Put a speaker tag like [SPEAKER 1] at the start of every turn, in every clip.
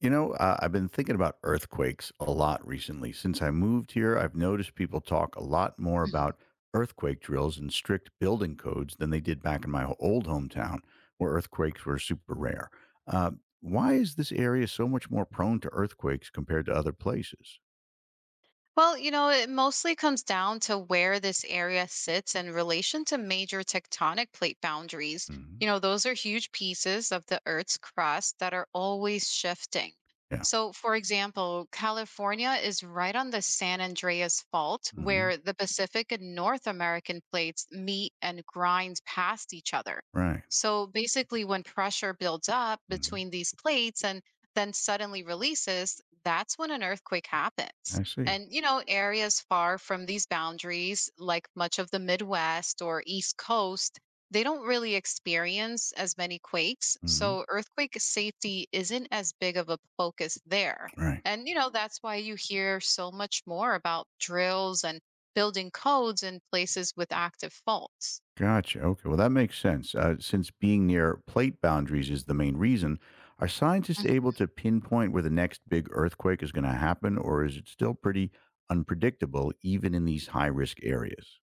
[SPEAKER 1] I've been thinking about earthquakes a lot recently. Since I moved here, I've noticed people talk a lot more
[SPEAKER 2] Mhm.
[SPEAKER 1] about earthquake drills and strict building codes than they did back in my old hometown, where earthquakes were super rare. Uh, why is this area so much more prone to earthquakes compared to other places?
[SPEAKER 2] Well, you know, it mostly comes down to where this area sits in relation to major tectonic plate boundaries. You
[SPEAKER 1] Hmm.
[SPEAKER 2] know, those are huge pieces of the Earth's crust that are always shifting.
[SPEAKER 1] Yeah.
[SPEAKER 2] So, for example, California is right on the San Andreas Fault,
[SPEAKER 1] Hmm.
[SPEAKER 2] where the Pacific and North American plates meet and grind past each other.
[SPEAKER 1] Right.
[SPEAKER 2] So, basically, when pressure builds up
[SPEAKER 1] Hmm.
[SPEAKER 2] between these plates and then suddenly releases, that's when an earthquake happens.
[SPEAKER 1] I see.
[SPEAKER 2] And, you know, areas far from these boundaries, like much of the Midwest or East Coast, they don't really experience as many quakes.
[SPEAKER 1] Hmm.
[SPEAKER 2] So earthquake safety isn't as big of a focus there.
[SPEAKER 1] Right.
[SPEAKER 2] And, you know, that's why you hear so much more about drills and building codes in places with active faults.
[SPEAKER 1] Gotcha. Okay. Well, that makes sense. Since being near plate boundaries is the main reason, are scientists able to pinpoint where the next big earthquake is going to happen, or is it still pretty unpredictable even in these high risk areas?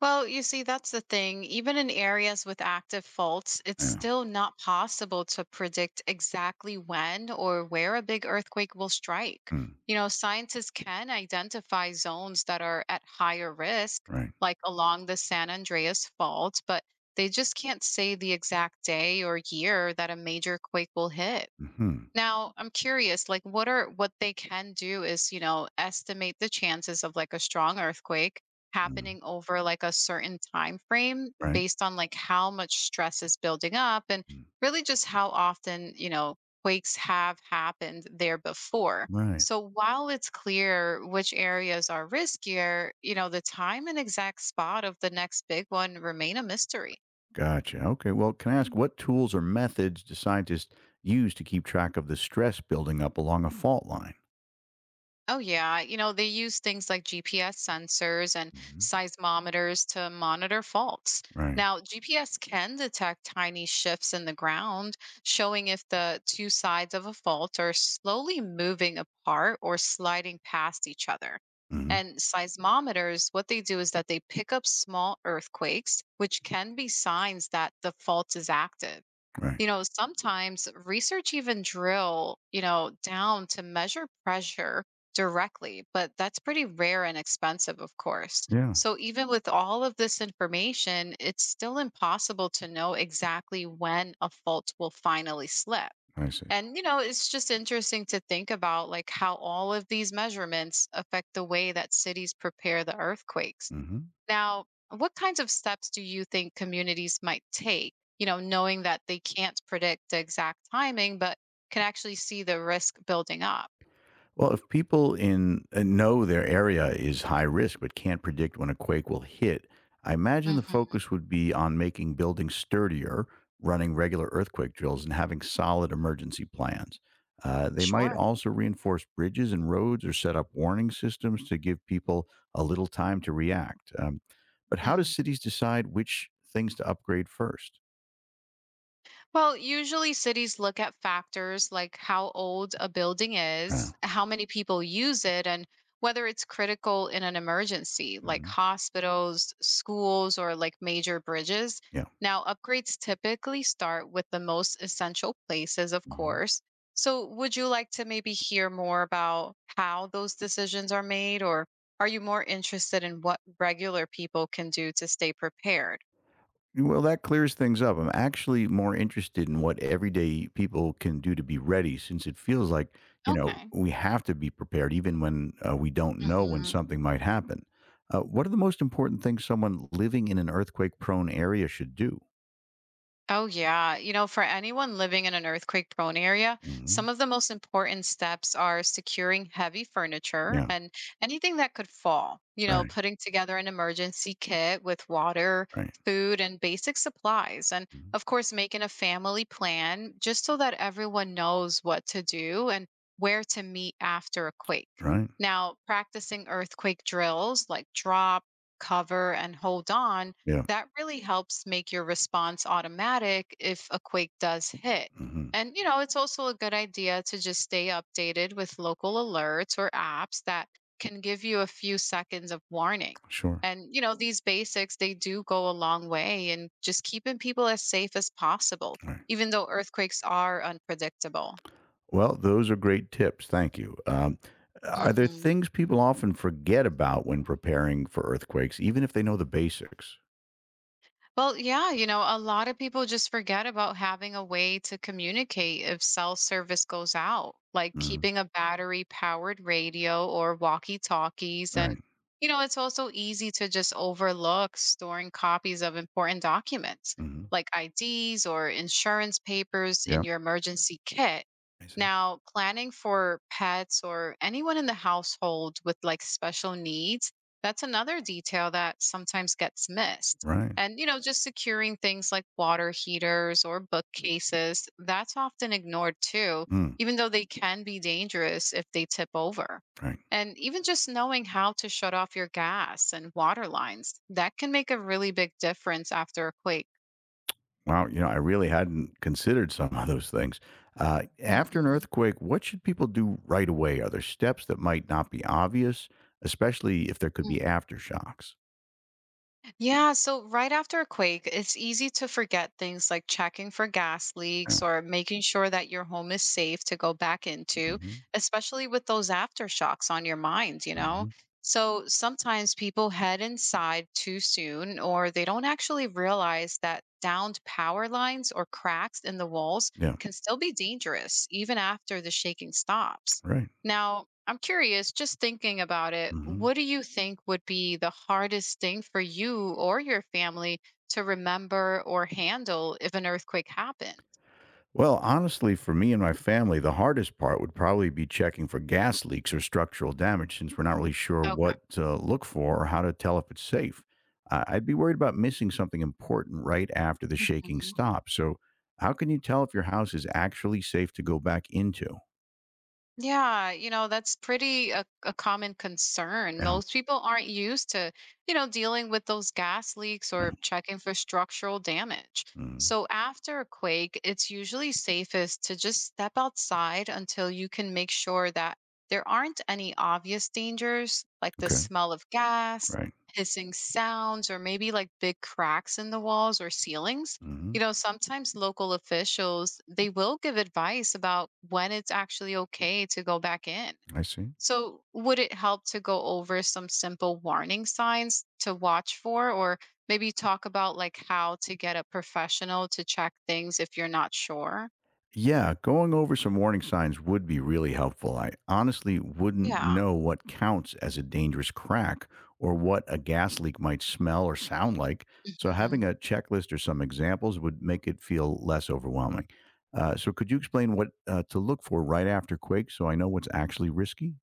[SPEAKER 2] Well, you see, that's the thing. Even in areas with active faults, it's
[SPEAKER 1] Yeah.
[SPEAKER 2] still not possible to predict exactly when or where a big earthquake will strike.
[SPEAKER 1] Mm,
[SPEAKER 2] You know, scientists can identify zones that are at higher risk,
[SPEAKER 1] right.
[SPEAKER 2] like along the San Andreas Fault, but they just can't say the exact day or year that a major quake will hit.
[SPEAKER 1] Hmm.
[SPEAKER 2] Now, I'm curious, like what they can do is, you know, estimate the chances of like a strong earthquake
[SPEAKER 1] Mm,
[SPEAKER 2] happening over like a certain time frame
[SPEAKER 1] right.
[SPEAKER 2] based on like how much stress is building up and
[SPEAKER 1] Mm,
[SPEAKER 2] really just how often, you know, quakes have happened there before.
[SPEAKER 1] right.
[SPEAKER 2] So while it's clear which areas are riskier, you know, the time and exact spot of the next big one remain a mystery.
[SPEAKER 1] Gotcha. Okay. Well, can I ask what tools or methods do scientists use to keep track of the stress building up along a fault line?
[SPEAKER 2] Oh, yeah. You know, they use things like GPS sensors and
[SPEAKER 1] Hmm.
[SPEAKER 2] seismometers to monitor faults.
[SPEAKER 1] Right.
[SPEAKER 2] Now, GPS can detect tiny shifts in the ground, showing if the two sides of a fault are slowly moving apart or sliding past each other.
[SPEAKER 1] Hmm.
[SPEAKER 2] And seismometers, what they do is that they pick up small earthquakes, which can be signs that the fault is active.
[SPEAKER 1] Right.
[SPEAKER 2] You know, sometimes research even drill, you know, down to measure pressure directly, but that's pretty rare and expensive, of course.
[SPEAKER 1] Yeah.
[SPEAKER 2] So even with all of this information, it's still impossible to know exactly when a fault will finally slip.
[SPEAKER 1] I see.
[SPEAKER 2] And you know, it's just interesting to think about like how all of these measurements affect the way that cities prepare the earthquakes.
[SPEAKER 1] hmm
[SPEAKER 2] Now, what kinds of steps do you think communities might take, you know, knowing that they can't predict the exact timing, but can actually see the risk building up?
[SPEAKER 1] Well, if people in know their area is high risk but can't predict when a quake will hit, I imagine the
[SPEAKER 2] Hmm.
[SPEAKER 1] focus would be on making buildings sturdier, running regular earthquake drills, and having solid emergency plans. They might
[SPEAKER 2] Sure.
[SPEAKER 1] also reinforce bridges and roads or set up warning systems to give people a little time to react. But how do
[SPEAKER 2] Mm-hmm.
[SPEAKER 1] cities decide which things to upgrade first?
[SPEAKER 2] Well, usually cities look at factors like how old a building
[SPEAKER 1] Uh,
[SPEAKER 2] is, how many people use it, and whether it's critical in an emergency, like
[SPEAKER 1] mhm,
[SPEAKER 2] hospitals, schools, or like major bridges.
[SPEAKER 1] yeah.
[SPEAKER 2] Now, upgrades typically start with the most essential places, of
[SPEAKER 1] Mhm.
[SPEAKER 2] course. So, would you like to maybe hear more about how those decisions are made, or are you more interested in what regular people can do to stay prepared?
[SPEAKER 1] Well, that clears things up. I'm actually more interested in what everyday people can do to be ready since it feels like, you know,
[SPEAKER 2] Okay.
[SPEAKER 1] we have to be prepared even when we don't know when
[SPEAKER 2] Mhm.
[SPEAKER 1] something might happen. What are the most important things someone living in an earthquake prone area should do?
[SPEAKER 2] Oh, yeah. You know, for anyone living in an earthquake prone area,
[SPEAKER 1] Hmm.
[SPEAKER 2] some of the most important steps are securing heavy furniture
[SPEAKER 1] Yeah,
[SPEAKER 2] and anything that could fall. You know,
[SPEAKER 1] right,
[SPEAKER 2] putting together an emergency kit with water,
[SPEAKER 1] right,
[SPEAKER 2] food, and basic supplies. And
[SPEAKER 1] mhm,
[SPEAKER 2] of course, making a family plan just so that everyone knows what to do and where to meet after a quake.
[SPEAKER 1] right.
[SPEAKER 2] Now, practicing earthquake drills like drop, cover, and hold on
[SPEAKER 1] Yeah,
[SPEAKER 2] that really helps make your response automatic if a quake does hit.
[SPEAKER 1] hmm,
[SPEAKER 2] And, you know, it's also a good idea to just stay updated with local alerts or apps that can give you a few seconds of warning.
[SPEAKER 1] sure.
[SPEAKER 2] And, you know, these basics, they do go a long way in just keeping people as safe as possible,
[SPEAKER 1] Right.
[SPEAKER 2] even though earthquakes are unpredictable.
[SPEAKER 1] Well, those are great tips. Thank you. Are there
[SPEAKER 2] Hmm.
[SPEAKER 1] things people often forget about when preparing for earthquakes, even if they know the basics?
[SPEAKER 2] Well, yeah, you know, a lot of people just forget about having a way to communicate if cell service goes out, like
[SPEAKER 1] Mm-hmm.
[SPEAKER 2] keeping a battery powered radio or walkie talkies. And,
[SPEAKER 1] Right.
[SPEAKER 2] you know, it's also easy to just overlook storing copies of important documents
[SPEAKER 1] Mhm.
[SPEAKER 2] like IDs or insurance papers in
[SPEAKER 1] Yep.
[SPEAKER 2] your emergency kit.
[SPEAKER 1] I see.
[SPEAKER 2] Now, planning for pets or anyone in the household with like special needs, that's another detail that sometimes gets missed.
[SPEAKER 1] Right.
[SPEAKER 2] And, you know, just securing things like water heaters or bookcases, that's often ignored too,
[SPEAKER 1] Mm,
[SPEAKER 2] even though they can be dangerous if they tip over.
[SPEAKER 1] right.
[SPEAKER 2] And even just knowing how to shut off your gas and water lines, that can make a really big difference after a quake.
[SPEAKER 1] Wow, I really hadn't considered some of those things. After an earthquake, what should people do right away? Are there steps that might not be obvious, especially if there could be
[SPEAKER 2] Mhm.
[SPEAKER 1] aftershocks?
[SPEAKER 2] Yeah, so right after a quake, it's easy to forget things like checking for gas leaks
[SPEAKER 1] Yeah.
[SPEAKER 2] or making sure that your home is safe to go back into,
[SPEAKER 1] Hmm.
[SPEAKER 2] especially with those aftershocks on your mind, you know?
[SPEAKER 1] Hmm.
[SPEAKER 2] So sometimes people head inside too soon, or they don't actually realize that downed power lines or cracks in the walls
[SPEAKER 1] Yeah.
[SPEAKER 2] can still be dangerous even after the shaking stops.
[SPEAKER 1] Right.
[SPEAKER 2] Now, I'm curious, just thinking about it,
[SPEAKER 1] hmm
[SPEAKER 2] what do you think would be the hardest thing for you or your family to remember or handle if an earthquake happened?
[SPEAKER 1] Well, honestly, for me and my family, the hardest part would probably be checking for gas leaks or structural damage since we're not really sure
[SPEAKER 2] Okay.
[SPEAKER 1] what to look for or how to tell if it's safe. I'd be worried about missing something important right after the shaking stops. So, how can you tell if your house is actually safe to go back into?
[SPEAKER 2] Yeah, you know, that's pretty a common concern.
[SPEAKER 1] Yeah.
[SPEAKER 2] Most people aren't used to, you know, dealing with those gas leaks
[SPEAKER 1] Yeah.
[SPEAKER 2] or checking for structural damage.
[SPEAKER 1] Mm,
[SPEAKER 2] So after a quake, it's usually safest to just step outside until you can make sure that there aren't any obvious dangers like the
[SPEAKER 1] okay.
[SPEAKER 2] smell of gas,
[SPEAKER 1] Right.
[SPEAKER 2] hissing sounds, or maybe like big cracks in the walls or ceilings. You
[SPEAKER 1] Hmm.
[SPEAKER 2] know, sometimes local officials, they will give advice about when it's actually okay to go back in.
[SPEAKER 1] I see.
[SPEAKER 2] So, would it help to go over some simple warning signs to watch for, or maybe talk about like how to get a professional to check things if you're not sure?
[SPEAKER 1] Yeah, going over some warning signs would be really helpful. I honestly wouldn't
[SPEAKER 2] Yeah.
[SPEAKER 1] know what counts as a dangerous crack or what a gas leak might smell or sound like. So,
[SPEAKER 2] Mhm.
[SPEAKER 1] having a checklist or some examples would make it feel less overwhelming. So, could you explain what to look for right after quake so I know what's actually risky?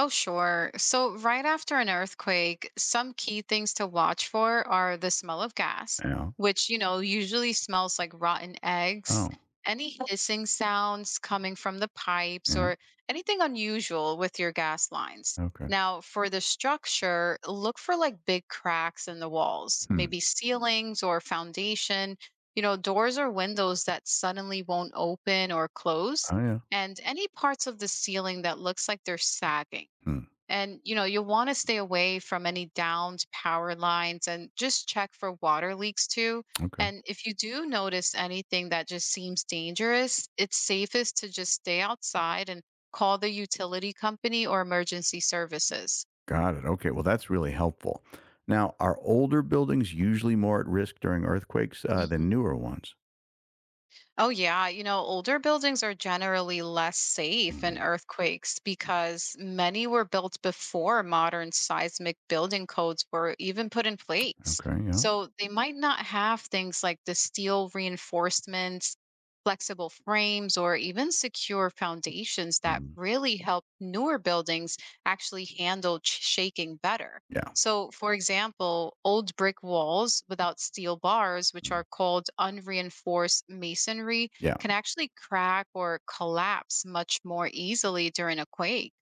[SPEAKER 2] Oh, sure. So, right after an earthquake, some key things to watch for are the smell of gas,
[SPEAKER 1] Yeah.
[SPEAKER 2] which, you know, usually smells like rotten eggs,
[SPEAKER 1] Oh,
[SPEAKER 2] any hissing sounds coming from the pipes,
[SPEAKER 1] yeah.
[SPEAKER 2] or anything unusual with your gas lines.
[SPEAKER 1] Okay.
[SPEAKER 2] Now, for the structure, look for like big cracks in the walls,
[SPEAKER 1] Hmm.
[SPEAKER 2] maybe ceilings or foundation, you know, doors or windows that suddenly won't open or close,
[SPEAKER 1] Oh, yeah.
[SPEAKER 2] and any parts of the ceiling that looks like they're sagging.
[SPEAKER 1] Hmm.
[SPEAKER 2] And you know, you'll want to stay away from any downed power lines and just check for water leaks too.
[SPEAKER 1] Okay.
[SPEAKER 2] And if you do notice anything that just seems dangerous, it's safest to just stay outside and call the utility company or emergency services.
[SPEAKER 1] Got it. Okay. Well, that's really helpful. Now, are older buildings usually more at risk during earthquakes than newer ones?
[SPEAKER 2] Oh, yeah. You know, older buildings are generally less safe in
[SPEAKER 1] Mhm.
[SPEAKER 2] earthquakes because many were built before modern seismic building codes were even put in place.
[SPEAKER 1] Okay. Yeah.
[SPEAKER 2] So they might not have things like the steel reinforcements, flexible frames, or even secure foundations that
[SPEAKER 1] Mhm.
[SPEAKER 2] really help newer buildings actually handle shaking better.
[SPEAKER 1] Yeah.
[SPEAKER 2] So, for example, old brick walls without steel bars, which
[SPEAKER 1] Mm.
[SPEAKER 2] are called unreinforced masonry,
[SPEAKER 1] Yeah.
[SPEAKER 2] can actually crack or collapse much more easily during a quake.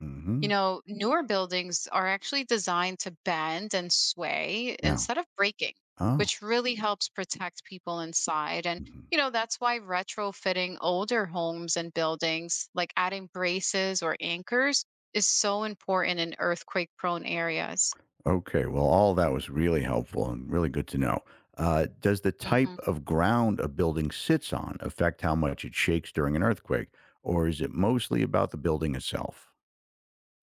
[SPEAKER 2] You
[SPEAKER 1] Hmm.
[SPEAKER 2] know, newer buildings are actually designed to bend and sway
[SPEAKER 1] Yeah.
[SPEAKER 2] instead of breaking,
[SPEAKER 1] Oh.
[SPEAKER 2] which really helps protect people inside. And,
[SPEAKER 1] Mhm.
[SPEAKER 2] you know, that's why retrofitting older homes and buildings, like adding braces or anchors, is so important in earthquake prone areas.
[SPEAKER 1] Okay. Well, all that was really helpful and really good to know. Does the type
[SPEAKER 2] Mhm.
[SPEAKER 1] of ground a building sits on affect how much it shakes during an earthquake, or is it mostly about the building itself?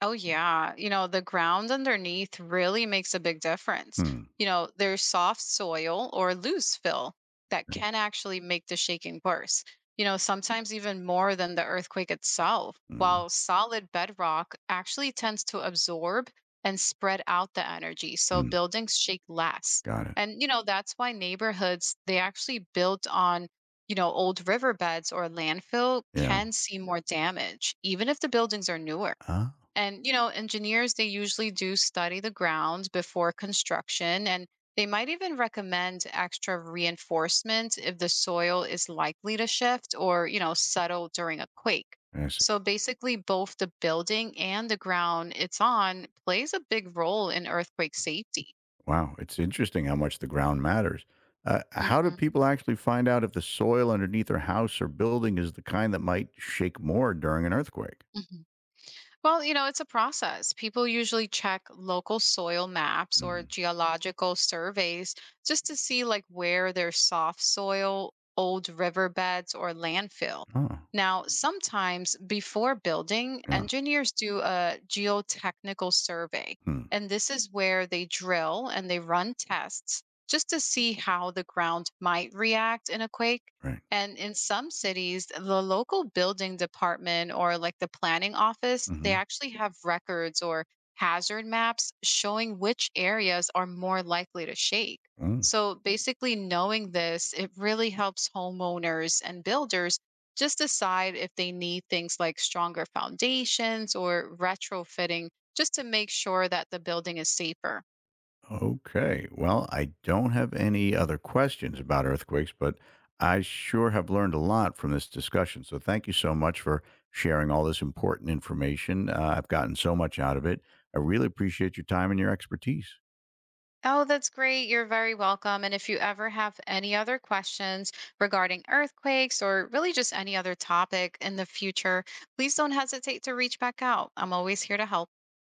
[SPEAKER 2] Oh, yeah. You know, the ground underneath really makes a big difference.
[SPEAKER 1] Hmm.
[SPEAKER 2] You know, there's soft soil or loose fill that
[SPEAKER 1] Okay.
[SPEAKER 2] can actually make the shaking worse, you know, sometimes even more than the earthquake itself,
[SPEAKER 1] Mm.
[SPEAKER 2] while solid bedrock actually tends to absorb and spread out the energy. So
[SPEAKER 1] Mm.
[SPEAKER 2] buildings shake less.
[SPEAKER 1] Got it.
[SPEAKER 2] And, you know, that's why neighborhoods, they actually built on, you know, old riverbeds or landfill
[SPEAKER 1] Yeah.
[SPEAKER 2] can see more damage, even if the buildings are newer.
[SPEAKER 1] Ah,
[SPEAKER 2] And, you know, engineers, they usually do study the ground before construction, and they might even recommend extra reinforcement if the soil is likely to shift or, you know, settle during a quake.
[SPEAKER 1] I see.
[SPEAKER 2] So basically, both the building and the ground it's on plays a big role in earthquake safety.
[SPEAKER 1] Wow, it's interesting how much the ground matters. How do
[SPEAKER 2] Hmm.
[SPEAKER 1] people actually find out if the soil underneath their house or building is the kind that might shake more during an earthquake?
[SPEAKER 2] Well, you know, it's a process. People usually check local soil maps or
[SPEAKER 1] Mm.
[SPEAKER 2] geological surveys just to see like where there's soft soil, old riverbeds, or landfill.
[SPEAKER 1] Oh,
[SPEAKER 2] Now, sometimes before building,
[SPEAKER 1] yeah.
[SPEAKER 2] engineers do a geotechnical survey.
[SPEAKER 1] Hmm.
[SPEAKER 2] And this is where they drill and they run tests just to see how the ground might react in a quake.
[SPEAKER 1] Right.
[SPEAKER 2] And in some cities, the local building department or like the planning office, they
[SPEAKER 1] Hmm.
[SPEAKER 2] actually have records or hazard maps showing which areas are more likely to shake.
[SPEAKER 1] Mm.
[SPEAKER 2] So basically, knowing this, it really helps homeowners and builders just decide if they need things like stronger foundations or retrofitting just to make sure that the building is safer.
[SPEAKER 1] Okay. Well, I don't have any other questions about earthquakes, but I sure have learned a lot from this discussion. So thank you so much for sharing all this important information. I've gotten so much out of it. I really appreciate your time and your expertise.
[SPEAKER 2] Oh, that's great. You're very welcome. And if you ever have any other questions regarding earthquakes or really just any other topic in the future, please don't hesitate to reach back out. I'm always here to help.